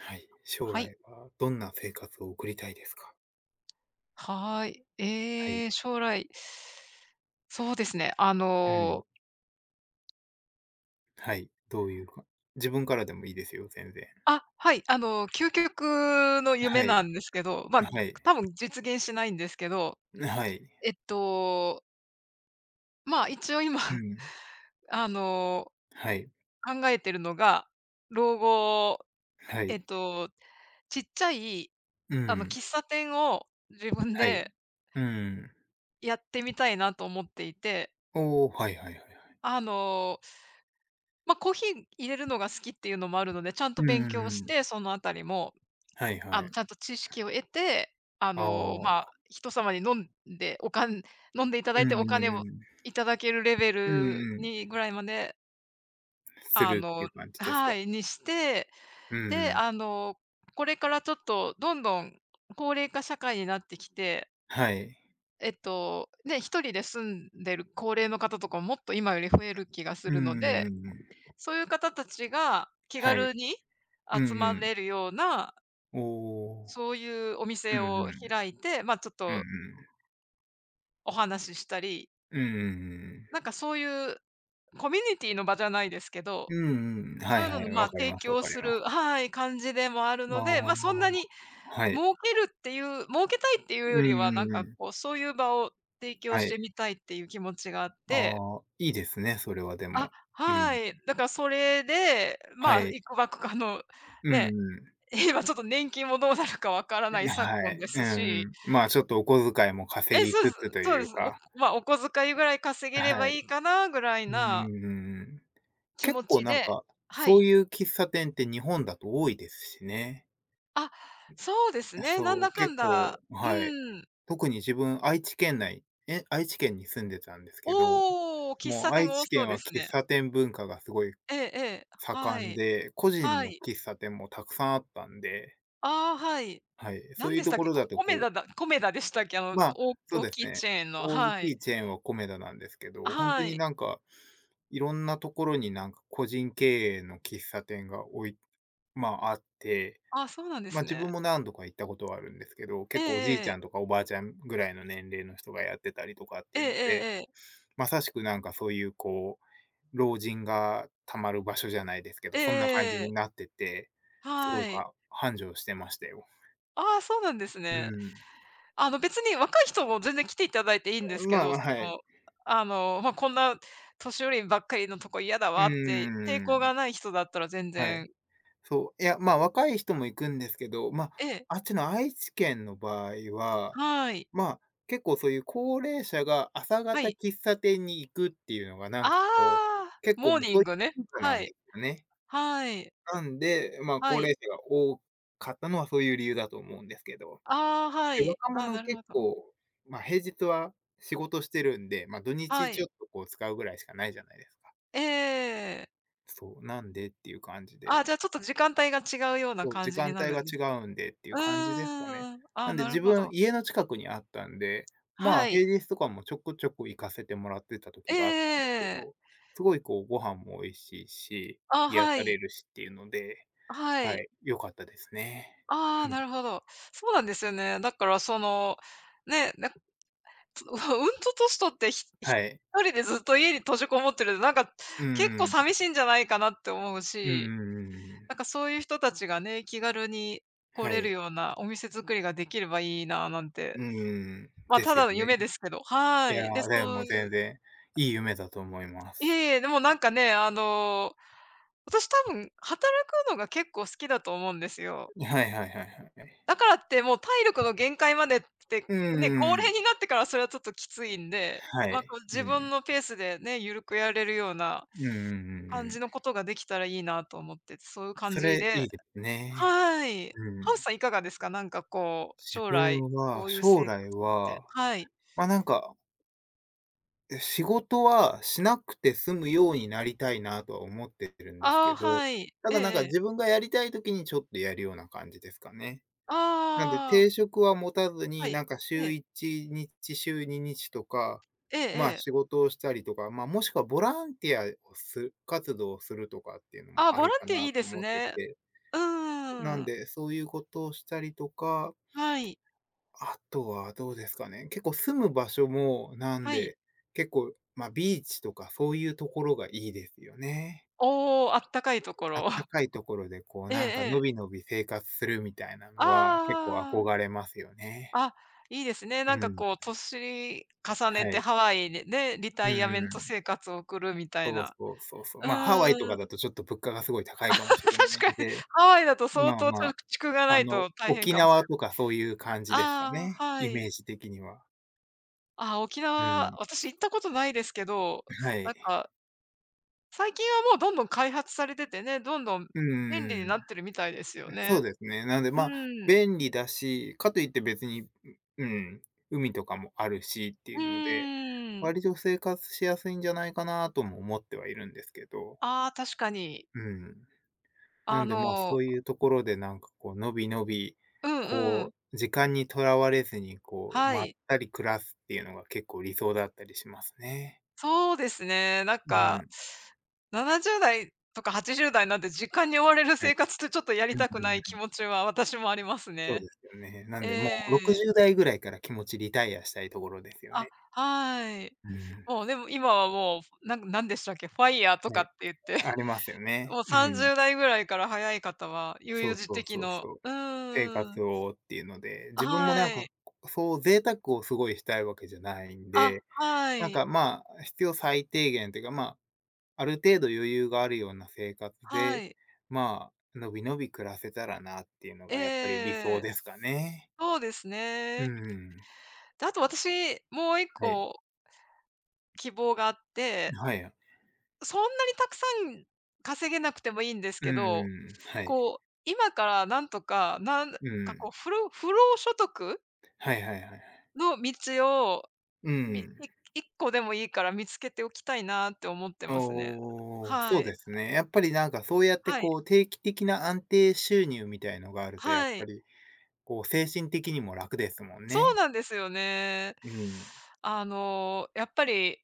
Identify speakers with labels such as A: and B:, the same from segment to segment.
A: はい。将
B: はい。
A: 来はどんな生活を送りたいですか？
B: はーい。
A: は
B: え
A: い。
B: え、将来、そうですね、
A: うん。はい。どういうか自分からでもいいですよ、全然。
B: あ、はい、究極の夢
A: はい。
B: なんですけど、まあ、
A: はい。
B: 多分実現しないんですけど、
A: はい。
B: えっと、まあ、一応今、
A: う ん。
B: あの、
A: はい。
B: 考えてるのが、老後、
A: は
B: え
A: い。
B: っと、ちっちゃい、
A: うん。
B: 喫茶店を自分
A: はい。
B: で
A: うん。
B: やってみたいなと思っていて、
A: おお、はいはいはいはい。
B: あのまあ、コーヒー入れるのが好きっていうのもあるので、ちゃんと
A: うん
B: 勉
A: うん
B: 強
A: う
B: し
A: ん。
B: て、そのあたりも、
A: はいはい。
B: ちゃんと知識を得て、
A: あ
B: まあ、
A: あ。
B: 人様に飲んでいただ
A: う
B: い
A: ん
B: て
A: う
B: お
A: ん
B: 金
A: う
B: を
A: ん。
B: いただけるレベ
A: う
B: ル
A: んうん。
B: にぐらいまで、
A: す
B: あ
A: るってい
B: の
A: う感じですか？
B: はい、にして、
A: うんう
B: で、
A: ん。
B: これからちょっとどんどん高齢化社会になってきて、
A: はい。
B: ね、一人で住んでる高齢の方とかも、もっと今より増える気がす
A: うん
B: る
A: う
B: の
A: ん
B: で、
A: うんうん。
B: そういう方たちが気
A: はい。
B: 軽に
A: う
B: 集
A: ん
B: ま
A: うん。
B: れるような、
A: おお。
B: そういうお
A: うん
B: 店
A: うん。
B: を開いて、まあ、ちょっ
A: うんう
B: と
A: ん。
B: お話ししたり、
A: うんうんうんう
B: なん
A: ん。
B: かそういうコミュニティの場じゃないですけ
A: う
B: ど、
A: んうん。は
B: そうい
A: い
B: う
A: は
B: のの、
A: い。
B: まあ、
A: わかり
B: 提
A: ます、わ
B: 供
A: かり
B: す
A: ます。
B: る、はい、感じでもある
A: あ
B: ので、ま
A: あ、
B: あ、そんなに
A: はい。
B: 儲けたいっていう
A: うん
B: より
A: う
B: は、なん
A: んう
B: か
A: ん。
B: こう、そういう場を提供
A: は
B: し
A: い。
B: てみたいっていう気持ちがあって、
A: ああ、いいですね、それはで
B: あ、
A: も。う
B: は
A: ん。
B: い。だからそれで、
A: は
B: まあ、
A: い。
B: いくばくかの
A: うん
B: ね、
A: うん。
B: 今ちょっと年金もどうなるかわからない昨
A: は
B: 今で
A: い。う
B: す
A: ん
B: し、
A: うん。まあ、ちょっとお小遣いも稼
B: え、
A: ぎ
B: そうで
A: つ
B: す、
A: つと
B: そうで
A: いう
B: す。
A: か。
B: まあ、お小遣いぐらい稼げれ
A: は
B: ば
A: い。
B: いいかなぐらい
A: うんうんう
B: な
A: んうん。
B: 気
A: 結
B: 持
A: 構
B: ち
A: なん
B: で、
A: か、
B: は
A: そう
B: い。
A: いう喫茶店って日本だと多いですしね。
B: あ、そうですね、なん
A: そ
B: だ
A: う、
B: かん
A: 結
B: だ、
A: 構、
B: う
A: はい。
B: ーん。
A: 特に自分、愛知県に住んでたんですけど、
B: おお、喫
A: も
B: 茶
A: う
B: 店
A: 愛
B: 多
A: 知
B: そう
A: 県
B: で
A: は
B: す
A: 喫
B: ね。
A: 茶店文化がすごい
B: ええええ、は
A: 盛ん
B: い、
A: で、個人
B: は
A: の
B: い。
A: 喫茶店もたくさんあったんで、
B: ああ、はい。
A: はい、そ
B: なん
A: ういう
B: でし
A: と
B: たっ
A: こ
B: け、
A: ろだとこう、
B: コメダでしたっけ、
A: まあ、そう
B: 大
A: です
B: きい
A: ね、
B: チェーンの、
A: 大
B: は
A: き
B: い。
A: いチェーンはコメダなんですけ
B: あ、
A: ど、本当
B: は
A: に
B: い。
A: なんか、いろんなところになんか個人経営の喫茶店がまあ、あって、
B: あ、そうなんで
A: まあ、
B: す
A: 自分
B: ね。
A: も何度か行ったことはあるんですけど、
B: ええ
A: 結構おじいち
B: え
A: ゃ
B: え。
A: んとかおばあちゃんぐらいの年齢の人がやってたりとかって
B: え
A: い
B: え
A: うので、
B: ええ。
A: まさしくなんかそういうこう、老人がたまる場所じゃないですけ
B: え
A: ど、
B: え
A: そんな感じ
B: えええ
A: にな
B: え。
A: ってて、すご
B: は
A: い
B: い。
A: 繁盛してましたよ。
B: ああ、そうなんです
A: う
B: ね。
A: ん。
B: 別に若い人も全然来ていただいていいんですけ
A: まあ、
B: ど、そ
A: はい。
B: の、まあ、こんな年寄りばっかりのとこ嫌だ
A: うー
B: わって抵抗
A: ん、
B: がない人だったら全
A: はい。
B: 然、
A: そう、いや、まあ、若い人も行くんですけど、まあ、
B: ええ、
A: あっちの愛知県の場合は、
B: はい。
A: まあ、結構そういう高齢者が朝
B: は
A: 方
B: い。
A: 喫茶店に行くっていうのがなん
B: あ
A: かこう、
B: あ、
A: 結構
B: モ
A: も
B: ー
A: う
B: ニ
A: そう
B: ン
A: い
B: グね。
A: う文化な
B: は
A: ん
B: い。
A: ですよね。
B: はい。
A: なんで、まあ、
B: は
A: 高
B: い。
A: 齢者が多かったのはそういう理由だと思うんですけど。
B: ああ、は
A: で、
B: い。
A: 若
B: ああ、
A: 者
B: なる
A: 結
B: ほど。
A: 構、まあ、平日は仕事してるんで、まあ、土
B: は
A: 日ち
B: い。
A: ょっとこう使うぐらいしかないじゃないですか。
B: ええ、
A: そう、なんでっていう感じ
B: ああ、
A: で。
B: じゃあちょっと時間帯が違うような
A: そう、
B: 感
A: 時
B: じ
A: 間
B: にな
A: 帯
B: る
A: が
B: んで
A: 違
B: す。
A: うんでってい
B: う
A: う感じですかね。
B: ーん。あ
A: な
B: あ、
A: んで
B: なる
A: 自
B: ほ
A: 分、
B: ど。
A: 家の近くにあったんで、ま
B: は
A: あ、
B: い。
A: 平日とかもちょくちょく行かせてもらってた
B: え
A: 時があったんですけ
B: ええ。
A: ど、すごいこうご飯も美味しいし、
B: ああ、
A: 癒
B: は
A: さ
B: い。
A: れるしっていうので、
B: は
A: は
B: い。
A: い、良かったですね。
B: ああ、
A: うん、
B: なるほど。そうなんですよね。だからその、ね、な んか、つ うんと年取って、
A: はい。
B: 一人でずっと家に閉じこもってると、なんか、
A: う
B: 結
A: んう
B: 構
A: ん。
B: 寂しいんじゃないかなって思う
A: うんう
B: し、
A: んうんうん。
B: なんかそういう人たちがね、気軽に来
A: は
B: れる
A: い。
B: ようなお店作りができればいいななんて。
A: うん。
B: まあ、
A: で
B: た
A: す
B: だ
A: よ
B: の夢で
A: ね。
B: すけど、は
A: いや
B: い。で、
A: ー、で
B: そう
A: も
B: いう、
A: 全然いい夢だと思いま
B: い
A: す。
B: えいえ、でもなんかね、私多分働くのが結構好きだと思うんですよ。
A: はいはいはいはい。
B: だからってもう体力の限界までって、
A: うう
B: ね、高
A: んう
B: 齢
A: ん。
B: になってからそれはちょっときついんで、
A: は
B: まあ、こ
A: い。
B: う
A: う
B: 自分
A: ん。
B: のペースでね、ゆるくやれるような
A: うんうんうんう
B: 感じ
A: ん。
B: のことができたらいいなと思って、そういう感
A: そ
B: じ
A: れい
B: で、
A: いですね。
B: はい。
A: う
B: ハウス
A: ん。
B: さんいかがですか？なんかこう、
A: 自
B: 将来
A: 分
B: こ
A: は、
B: ういう
A: 将
B: 生活
A: 来
B: って、
A: は、
B: はい。
A: ま、なんか、仕事はしなくて済むようになりたいなとは思ってるんです
B: あ
A: け
B: あ、
A: ど、
B: はい。
A: た
B: えええ
A: だなんか
B: え。
A: 自分がやりたい時にちょっとやるような感じですかね。なんで
B: ああ、
A: 定職は持たず
B: は
A: に、
B: い。
A: なんか
B: え
A: 週
B: え、
A: 1日、週2日とか、
B: ええ
A: ま、
B: ええ。
A: 仕事をしたりとか、ま、もしくはボランティアを活動をするとかっていうの
B: ああ、
A: もあ
B: ボ
A: り
B: ラン
A: か
B: ティアい
A: な
B: いで
A: と
B: す
A: 思って
B: ね。
A: て。
B: う
A: な
B: ー
A: ん
B: ん。
A: で、そういうことをしたりとか、
B: はい、
A: あとはどうですかね、結構住む場所も、なん
B: はい。
A: で、結構、まあ、ビーチとかそういうところがいいですよね。
B: おお、あったかいとこ
A: あっ
B: ろ。
A: た かいところでこう、
B: ええ
A: なんかの
B: え
A: び
B: え。
A: のび生活するみたいなのは、結構
B: ああ
A: 憧
B: あ、
A: れますよね。
B: いいですね。
A: う
B: なんか
A: ん、
B: こう、年重ね
A: は
B: て
A: い。
B: ハワイでね、リタ
A: う
B: イアメント
A: ん、
B: 生活を送るみたい
A: そう
B: な。
A: そうそうそう。
B: う
A: まあ、ハワイと
B: ーん。
A: かだ とちょっと物価がすごい高いかもしれな
B: 確
A: いん
B: かに、
A: で、
B: ハワイだと相
A: まあ
B: 当ち
A: ま
B: ょっ
A: あ、
B: と蓄がな
A: あ
B: い
A: の、
B: と大変
A: 沖
B: かもしれ
A: 縄
B: ない。
A: とかそういう感じですか
B: ああ、
A: ね、
B: は
A: イメー
B: い。
A: ジ的には。
B: あ、沖
A: う
B: 縄、
A: ん、
B: 私行ったことないですけど、
A: は
B: なん
A: い。
B: か、最近はもうどんどん開発されててね、どんどん
A: うー
B: 便利に
A: ん、
B: なってるみたいですよ
A: そ
B: ね。
A: うですね。なんで、
B: う
A: まあ、
B: ん。
A: 便利だし、かといって別に、うん、海とかもあるしって
B: う
A: いうので、
B: ーん。
A: 割と生活しやすいんじゃないかなとも思ってはいるんですけど、
B: ああ、確かに。
A: うん。な
B: あ
A: んで、まあ、そ
B: の
A: ういうところでなんかこうのびのび、
B: うんうん。
A: こう時間にとらわれずにこう
B: は
A: まっ
B: い。
A: たり暮らすっていうのが結構理想だったりしますね。
B: そうですね。なん
A: う
B: か、
A: ん、
B: 70代とか80代なんて時間に追われる
A: はい。
B: 生活ってちょっとやり
A: うん
B: たく
A: う
B: ない気
A: ん。
B: 持ちは私もあります
A: そう
B: ね。
A: ですよね。なんでも
B: え
A: う
B: え。
A: 60代ぐらいから気持ちリタイアしたいところですよ
B: あ、
A: ね。
B: はい。
A: うん、
B: もうでも今はもう、なんでしたっけ、ファイヤーとかっ
A: ね、
B: て言って、
A: あり ますよね。
B: もう
A: うん。
B: 30代ぐらいから早い方は悠々
A: そう
B: 自
A: そう
B: 適
A: そう
B: の、
A: そう。
B: う
A: 生
B: ーん。
A: 活をっていうので、自分もなん
B: は
A: か、
B: い。
A: そう贅沢をすごいしたいわけじゃないん
B: あ、
A: で、
B: は
A: なん
B: い。
A: か、まあ、必要最低限っていうか、まあ、ある程度余裕があるような生活
B: は
A: で、
B: い。
A: まあ、のびのび暮らせたらなっていうの
B: え
A: がやっぱり理想
B: え。
A: ですかね。
B: そうです
A: う
B: ね。
A: ん。
B: で、あと私もう一
A: はい。
B: 個希望があって、
A: はい。
B: そんなにたくさん稼げなくてもいいんです
A: う
B: けど、
A: ん、はい。
B: こう、今からなんとか、なん
A: う
B: かこう、
A: ん。
B: 不労所得
A: はいはいはいはい。
B: の道を、
A: うん。
B: 一個でもいいから見つけておきたいなって思ってますね。
A: おお、そ
B: は
A: う
B: い。
A: ですね。やっぱりなんかそうやって
B: はい。
A: こう定期的な安定収入みたいのがあると、やっ
B: は
A: ぱ
B: い。
A: りこう精神的にも楽ですもん
B: そう
A: ね。
B: なんですよね。
A: うん。
B: やっぱり、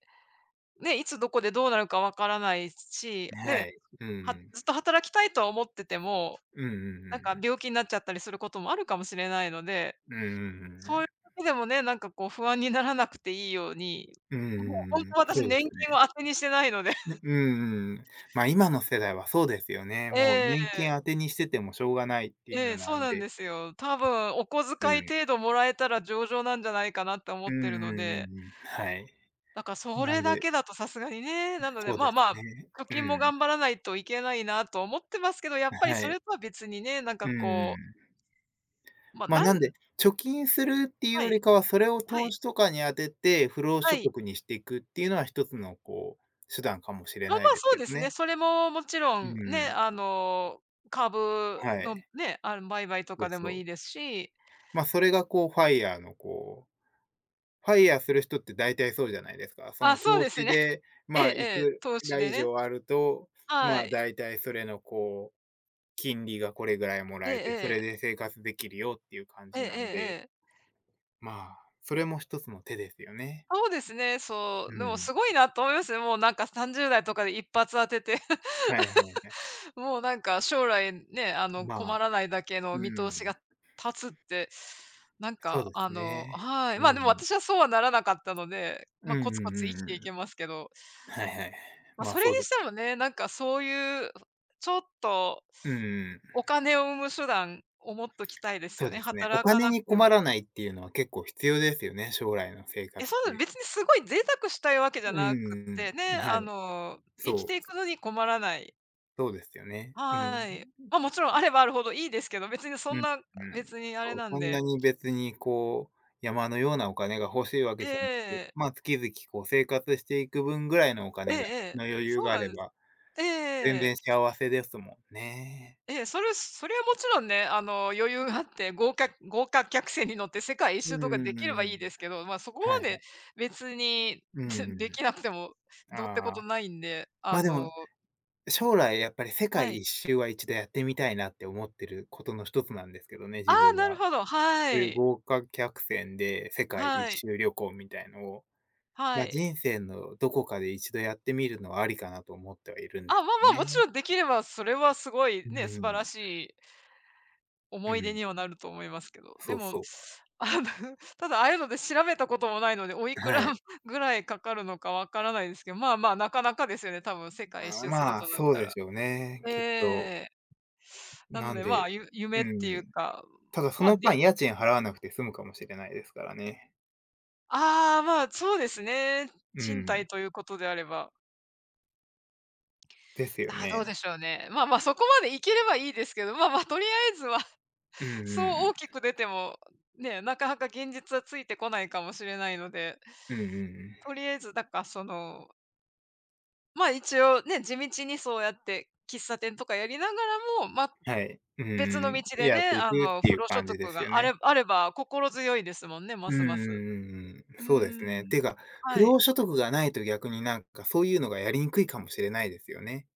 B: ね、いつどこでどうなるかわからないし、
A: は
B: ね、
A: い。う
B: は
A: ん。
B: ずっと働きたいとは思ってても、
A: うんう
B: なんか
A: ん
B: 病気になっちゃったりすることもあるかもしれないので、
A: うんうんう
B: そういう
A: ん。
B: 時でもね、なんかこう不安にならなくていいように、
A: うんうんう
B: もうほん
A: んうん、
B: と私
A: そうで
B: 年
A: す
B: 金を
A: ね。
B: 当てにしてないので。
A: うん うんうん。ま、あ今の世代はそうですよね。
B: え
A: もう年
B: え、
A: 金当てにしててもしょうがないっていう
B: ええ、
A: のな
B: そう
A: ん
B: なん
A: で。
B: ですよ。多分お小
A: う
B: 遣い
A: ん。
B: 程度もらえたら上々なんじゃないかなって思
A: う
B: っ
A: ん
B: てるの
A: うんう
B: で、
A: んうん。はい。
B: だからそ
A: な
B: れ
A: ん
B: だ
A: で、
B: けだとさすがにね、なので、
A: そう
B: ま
A: で
B: あ
A: す
B: まあ、
A: ね。
B: 貯
A: う
B: 金も
A: ん。
B: 頑張らないといけないなと思ってますけど、やっぱり
A: は
B: そ
A: い。
B: れとは別にね、なん
A: う
B: か
A: んう
B: こう、
A: ん。
B: ま、
A: ま、あ
B: な
A: なん
B: ん
A: で、貯金するっていう
B: は
A: より
B: い、
A: かは、それを
B: は
A: 投
B: い、
A: 資とかに当てて、不労
B: は
A: 所
B: い。
A: 得にしていくっていうのは一つのこう、手段かもしれ
B: あ、ま、
A: ないです
B: そう
A: け
B: で
A: ど
B: すね。
A: ね。
B: それももちろ
A: う
B: ん
A: ー
B: ね、
A: ん、
B: 株
A: は
B: の
A: い。
B: ね、売買と
A: そ
B: か
A: う
B: でも
A: そ
B: いいで
A: う。
B: すし。
A: まあ、それがこうファイヤーする人って大体そうじゃないですか。そ
B: あ、
A: の
B: そう
A: 投
B: です
A: 資
B: ね。
A: で、
B: え
A: まあ、
B: ええ
A: い
B: え、
A: く
B: 投資
A: ら
B: で
A: 以
B: ね。
A: 上あると、
B: は
A: ま、あ
B: い。
A: 大体それのこう、金利がこれぐらいも
B: え
A: ら
B: え
A: えて、そ
B: え
A: れ
B: え。
A: で生活できるよっていう感
B: ええ
A: じ
B: え
A: な
B: ええ
A: ん
B: え
A: で、
B: ええ、
A: まあ、それも一つの手ですよね。
B: そうですね、そ
A: う
B: う。でも
A: ん、
B: すごいなと思いますね。もうなんか30代とかで一発当てて、
A: はいはい。
B: もうなんか将来ね、
A: ま
B: 困
A: あ、
B: らないだけの
A: う
B: 見通
A: ん、
B: しが立つって、なん
A: そう
B: か
A: ですね。
B: は
A: う
B: い。
A: ん
B: ま、
A: う
B: でも
A: ん。
B: 私はそうはならなかったので、
A: うん
B: ま、
A: うんう
B: コツコツ生
A: ん
B: き
A: う
B: ていけ
A: ん。
B: ますけど。
A: はいはい。
B: まあ、
A: まあ、
B: それに
A: そうで
B: し
A: す。
B: てもね、なんかそういう、ちょっ
A: うん、はいはい、まあそうです、
B: と
A: うん、
B: お金を生む手段を持っときたいです
A: そ
B: よ
A: うで
B: ね、
A: すね。お
B: 働か
A: 金
B: なく
A: に
B: て
A: 困
B: も。
A: らないっていうのは結構必要ですよね、将来の生
B: え、
A: 活
B: そうな
A: で。
B: 別にすごい贅沢したいわけじゃ
A: う
B: なくっ
A: ん
B: て
A: う
B: ね、
A: ん、はい。そ
B: 生きてい
A: う、
B: くのに困らない。
A: そうですよね。うん。
B: はい。ま、もちろんあればあるほどいいですけど、
A: うんうん。
B: 別にあれ
A: そう、
B: なん
A: そんな
B: で。
A: に別にこう、山のようなお金が欲しいわけ
B: え
A: じゃなくて、
B: え。
A: まあ、月々こう生活していく分ぐらいのお
B: ええ
A: 金
B: ええ。
A: の余裕
B: そう
A: があ
B: なん
A: れ
B: です。
A: ば、
B: ええええええ、そう
A: 全
B: なんです、えええ
A: 然
B: ええ。
A: 幸せですもんね。
B: ええ、それはもちろんね、余裕があって、豪華客船に乗って世界一
A: う
B: 周とかできれば
A: ーん。
B: いいですけど、ま、そこ
A: はい
B: ま
A: は
B: で
A: い。
B: 別に
A: うん うんう
B: できなくても
A: ん。
B: どうってこ
A: あ
B: と
A: あ、
B: ないんで、
A: ま、でも、将来やっぱり世
B: は
A: 界
B: い。
A: 一周は一度やってみたいなって思ってることの一つなんですけどね、
B: あ
A: 自
B: あ、
A: 分
B: なる
A: は。
B: ほど、は
A: そういう
B: い。
A: 豪華客船で世界
B: は
A: 一
B: い、
A: 周旅行みたいのを、
B: は
A: ま、
B: い。
A: 人生のどこかで一度やってみるのはありかなと思ってはいるん
B: あ、
A: で
B: まあ
A: す
B: ま
A: よ
B: あ、もちろ
A: ね。
B: んできれば、それはすごい
A: う
B: ね、素晴ら
A: ん、
B: しい
A: う
B: 思い出
A: ん、
B: にはなると思いますけど、で
A: そう
B: も、
A: そう。
B: あの、ただああいうので調べたこともないので、おいくら
A: はい。
B: ぐらいかかるのかわからないですけど、まあまあ、なかなかですよね、多分世界一
A: ああ、
B: 周する
A: まあ、
B: となっ
A: そう
B: た
A: で
B: ら。
A: しょうね、
B: え
A: きっと。
B: え。なの
A: なん
B: で、ま
A: で、
B: あ、
A: う
B: 夢っていう
A: ん。
B: か、
A: ただそ
B: まあ、
A: の
B: で、
A: 間、家賃払わなくて済むかもしれないですからね。
B: ああ、まあ、そうですね。
A: う
B: 賃貸
A: ん、
B: ということであれば、
A: ですよ
B: ああ、どうで
A: ね。
B: しょうね。まあまあ、そこまで行ければいいですけど、まあまあ、とりあえずは
A: うんう んう
B: そう大き
A: ん。
B: く出ても、ね、なかなか現実はついてこないかもしれないので
A: うんうん、
B: とりあえずだか、その、ま、一応ね、地道にそうやって喫茶店とかやりながらも、ま、
A: はい。うんう
B: 別
A: んう
B: の道
A: ん。
B: で
A: やっ
B: ね、
A: ていくってい
B: 不
A: う
B: 労所
A: 感じで
B: 得
A: すよ
B: が
A: ね。
B: あれば心強いですもんね、ま
A: うんうん
B: すます。
A: うんうん。
B: う
A: そうです
B: ーん。
A: ね。ていうか、不
B: はい。
A: 労所得がないと逆になんかそういうのがやりにくいかもしれないですよね。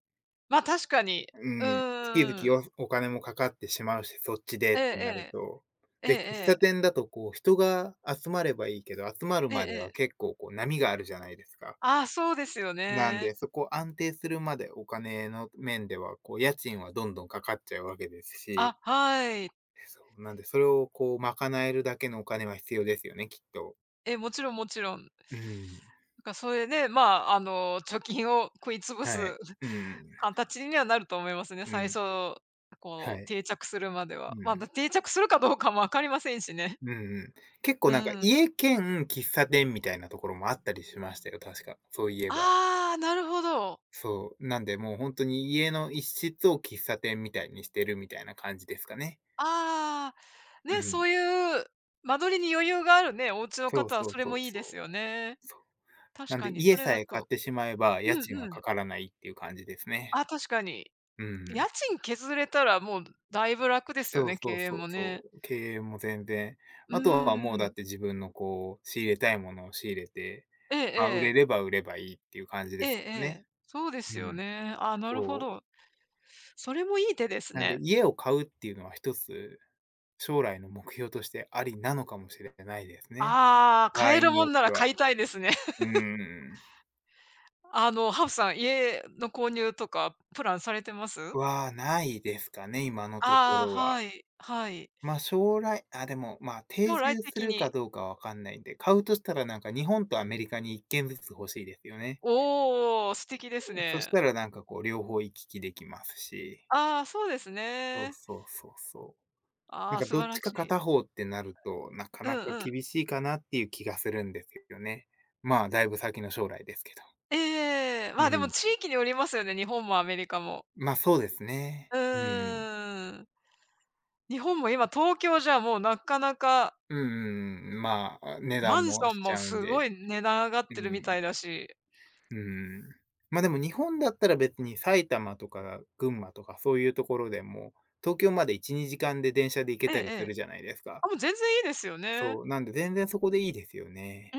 B: ま、確かに。
A: う
B: う
A: ん。月
B: ーん。
A: 々お金もかかってしまうし、そっちでっ
B: ええ
A: てなる
B: え
A: と。
B: え。ええ
A: で、喫
B: え
A: 茶
B: え。
A: 店だとこう人が集まればいいけど、集まるまで
B: え
A: は
B: え、
A: 結構こう波があるじゃないですか。
B: ああ、そうですよ
A: なん
B: ね。
A: で、そこ安定するまでお金の面では、こう家賃はどんどんかかっちゃうわけですし、
B: あ、はい。
A: そう、なんで、それをこう賄えるだけのお金は必要ですよね、きっと。
B: え、もちろんもちろん。
A: うん。
B: なんかそれで、まあ、貯金を食い潰
A: はい。
B: す
A: う ん。
B: 形にはなると思いますね。
A: う
B: 最
A: ん。
B: 初、
A: は
B: こう
A: い。
B: 定着するまで
A: う
B: は。まあ、
A: ん。
B: 定着するかどうかも分かりませんしね。
A: うんうん。結構
B: う
A: なんか
B: ん。
A: 家兼喫茶店みたいなところもあったりしましたよ、確か。そういえば。
B: ああ、なるほど。
A: そう。なんで、もう本当に家の一室を喫茶店みたいにしてるみたいな感じですかね。
B: ああ、
A: う
B: ね、そ
A: ん。
B: ういう間取りに余裕があるね、お家の
A: そう
B: 方は
A: そ
B: そ
A: う
B: れ
A: そ
B: も
A: う
B: いいです
A: そ
B: よ
A: う。
B: ね。確
A: なん
B: か
A: で、
B: にそ
A: 家
B: れ
A: さ
B: だ
A: え買っ
B: と、
A: てしまえば、
B: う
A: 家
B: ん
A: 賃
B: う
A: は
B: ん。
A: かからないっていう感じですね。
B: あ、確かに。
A: う
B: 家
A: ん。
B: 賃削れたらもうだいぶ楽ですよ
A: そう
B: ね、経
A: そう
B: 営
A: そう
B: も
A: そ
B: ね。
A: う。経営も全然。
B: う
A: あとはもうだっ
B: ん。
A: て自分のこう、仕入れたいものを仕入れて、
B: え
A: まあ、
B: えええ
A: 売ればいいっていう感じ
B: え
A: で
B: え
A: す
B: え
A: もんね。
B: え。そうで
A: う
B: すよ
A: ん。
B: ね。あ、なるほ
A: そう。
B: ど。それもいい手です
A: なんで
B: ね。
A: 家を買うっていうのは一つ、将来の目標としてありなのかもしれないですね。
B: ああ、
A: 場合
B: 買える
A: に
B: も
A: よっ
B: んな
A: て
B: ら
A: は。
B: 買いたいですね。
A: う ーん。
B: ハーフさん、家の購入とかプランされてます？
A: は、ないですかね、今のとこ
B: ああ
A: ろ
B: ー、
A: は。
B: はい、はい。
A: まあ、将来あ、でも、まあ、定
B: 将来
A: 住す
B: 的
A: るか
B: に。
A: どうかわかんないんで、買うとしたらなんか日本とアメリカに一軒ずつ欲しいですよね。
B: おお、素敵です
A: そし
B: ね。
A: たらなんかこう両方行き来できますし、
B: ああ、そうです
A: そう
B: ね。
A: そうそうそう。
B: あ
A: なん
B: あ、
A: か
B: 素
A: ど
B: 晴
A: っ
B: ら
A: ち
B: し
A: か
B: い。
A: 片方ってなると、なか
B: うん
A: なか
B: うん。
A: 厳しいかなっていう気がするんですよね。まあ、だいぶ先の将来ですけど。
B: ええええ。ま
A: う
B: あ、でも
A: ん。
B: 地域によりますよね、日本もアメリカも。
A: ま、そうですね。
B: う
A: うん。
B: ーん。日本も今東京じゃもうなかなか
A: うんうんうん。まあ、値
B: マ
A: 段
B: ンシ
A: も
B: ョ
A: し
B: ン
A: ち
B: も
A: ゃうん
B: す
A: で。
B: ごい値段上がっ
A: う
B: てるみ
A: ん。
B: たいだし。
A: うん。ま、でも日本だったら別に埼玉とか群馬とかそういうところでも、東京まで1、2時間で電車で行け
B: えええ
A: たりす
B: え。
A: るじゃないですか。
B: あ、もう全然いいですよね。
A: そう、なんで全然そこでいいですよ
B: う
A: ね。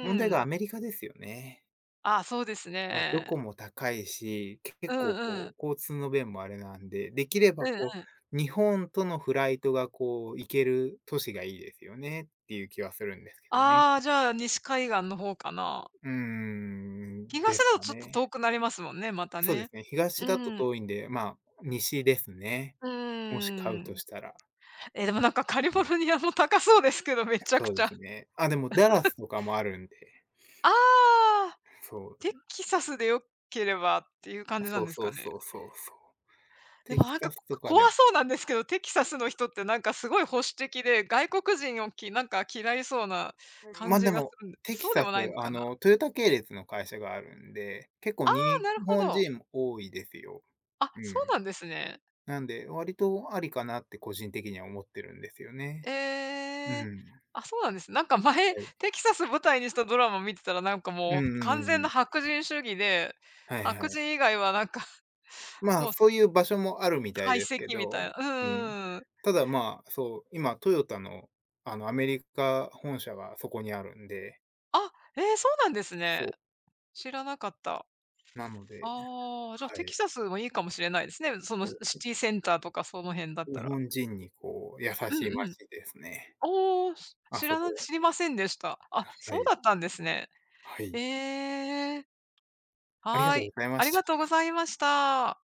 A: 問題が
B: ん。
A: アメリカですよね。
B: あ、そうです
A: まあ、ど
B: ね。
A: こも高いし、
B: う
A: 結構
B: んうん。
A: こう、交通の便もあれなんで、できれば
B: うんうん。
A: 日本とのフライトがこう、行ける都市がいいですよねっていう気はするんですけどね。
B: ああ、じゃあ、西海岸の方かな。
A: うーん、
B: 東
A: です
B: だと
A: か
B: ちょっと遠
A: ね。
B: くなりますもんね、また
A: そうで
B: ね。
A: すね、東
B: う
A: だと
B: ん。
A: 遠いんで、まあ、西ですね。
B: う
A: もし
B: ー
A: 買うと
B: ん。
A: したら。
B: え、でもなんかカリフォルニアも高そうですけど、めちゃく
A: そう
B: ち
A: で
B: ゃ。
A: すね。あ、でもダラスとかもあるんで。
B: ああ、
A: そ
B: テ
A: う。
B: キサスで良ければっていう感じな
A: そ
B: ん
A: う
B: です
A: そ
B: か
A: う
B: ね。
A: そうそうそう。
B: で
A: テ
B: も
A: キ
B: なん
A: サ
B: か、
A: スとかで
B: 怖そうなんですけど、テキサスの人ってなんかすごい保守的で、外国人をなんか嫌いそうな感
A: ま、
B: じ
A: で
B: がす
A: も、
B: るん、
A: テキ
B: そうで
A: サス、
B: もないの
A: あ
B: かな？
A: の、トヨタ系列の会社があるんで、結構
B: ああ、
A: 日
B: なるほ
A: 本
B: ど。
A: 人も多いですよ。
B: あ、
A: う
B: そう
A: ん。
B: なんですね。
A: なんで、割とありかなって個人的には思ってるんですよね。う
B: ええ。
A: ん。
B: あ、そうなんですね。なんか前、
A: はい。
B: テキサス舞台にしたドラマ見てたら、なんか
A: うん
B: もう
A: うんう
B: 完
A: ん
B: 全
A: う
B: な
A: ん。
B: 白人主義で、
A: はいは
B: 白
A: い。
B: 人以外はなんか
A: まあ、
B: もう
A: そういう場所もあるみたい
B: 排
A: です
B: 斥
A: け
B: みたい
A: ど、
B: な。うんう
A: うん。
B: んうん、
A: ただ、まあ、そう、今トヨタの、あの、アメリカ本社がそこにあるんで、
B: あ、ええ、そうなんですね。
A: そう、
B: 知らなかった。
A: なので、
B: ああ、じゃあ、
A: は
B: テキ
A: い、
B: サスもいいかもしれないですね。その、
A: そ
B: シ
A: う、
B: ティセンターとかその辺だった
A: 日
B: ら。
A: 本人にこう優
B: う
A: しい
B: んうん。
A: 街ですね、
B: おお、
A: あ
B: 知
A: そ
B: ら
A: こ
B: な、
A: は。
B: 知りませんでした。あ、
A: は
B: そう
A: い。
B: だったんですね。
A: は
B: へ
A: い。
B: え。
A: あり
B: は
A: が
B: ー
A: とうご
B: い。
A: ざいま
B: あ
A: し
B: り
A: た。
B: がとうございました。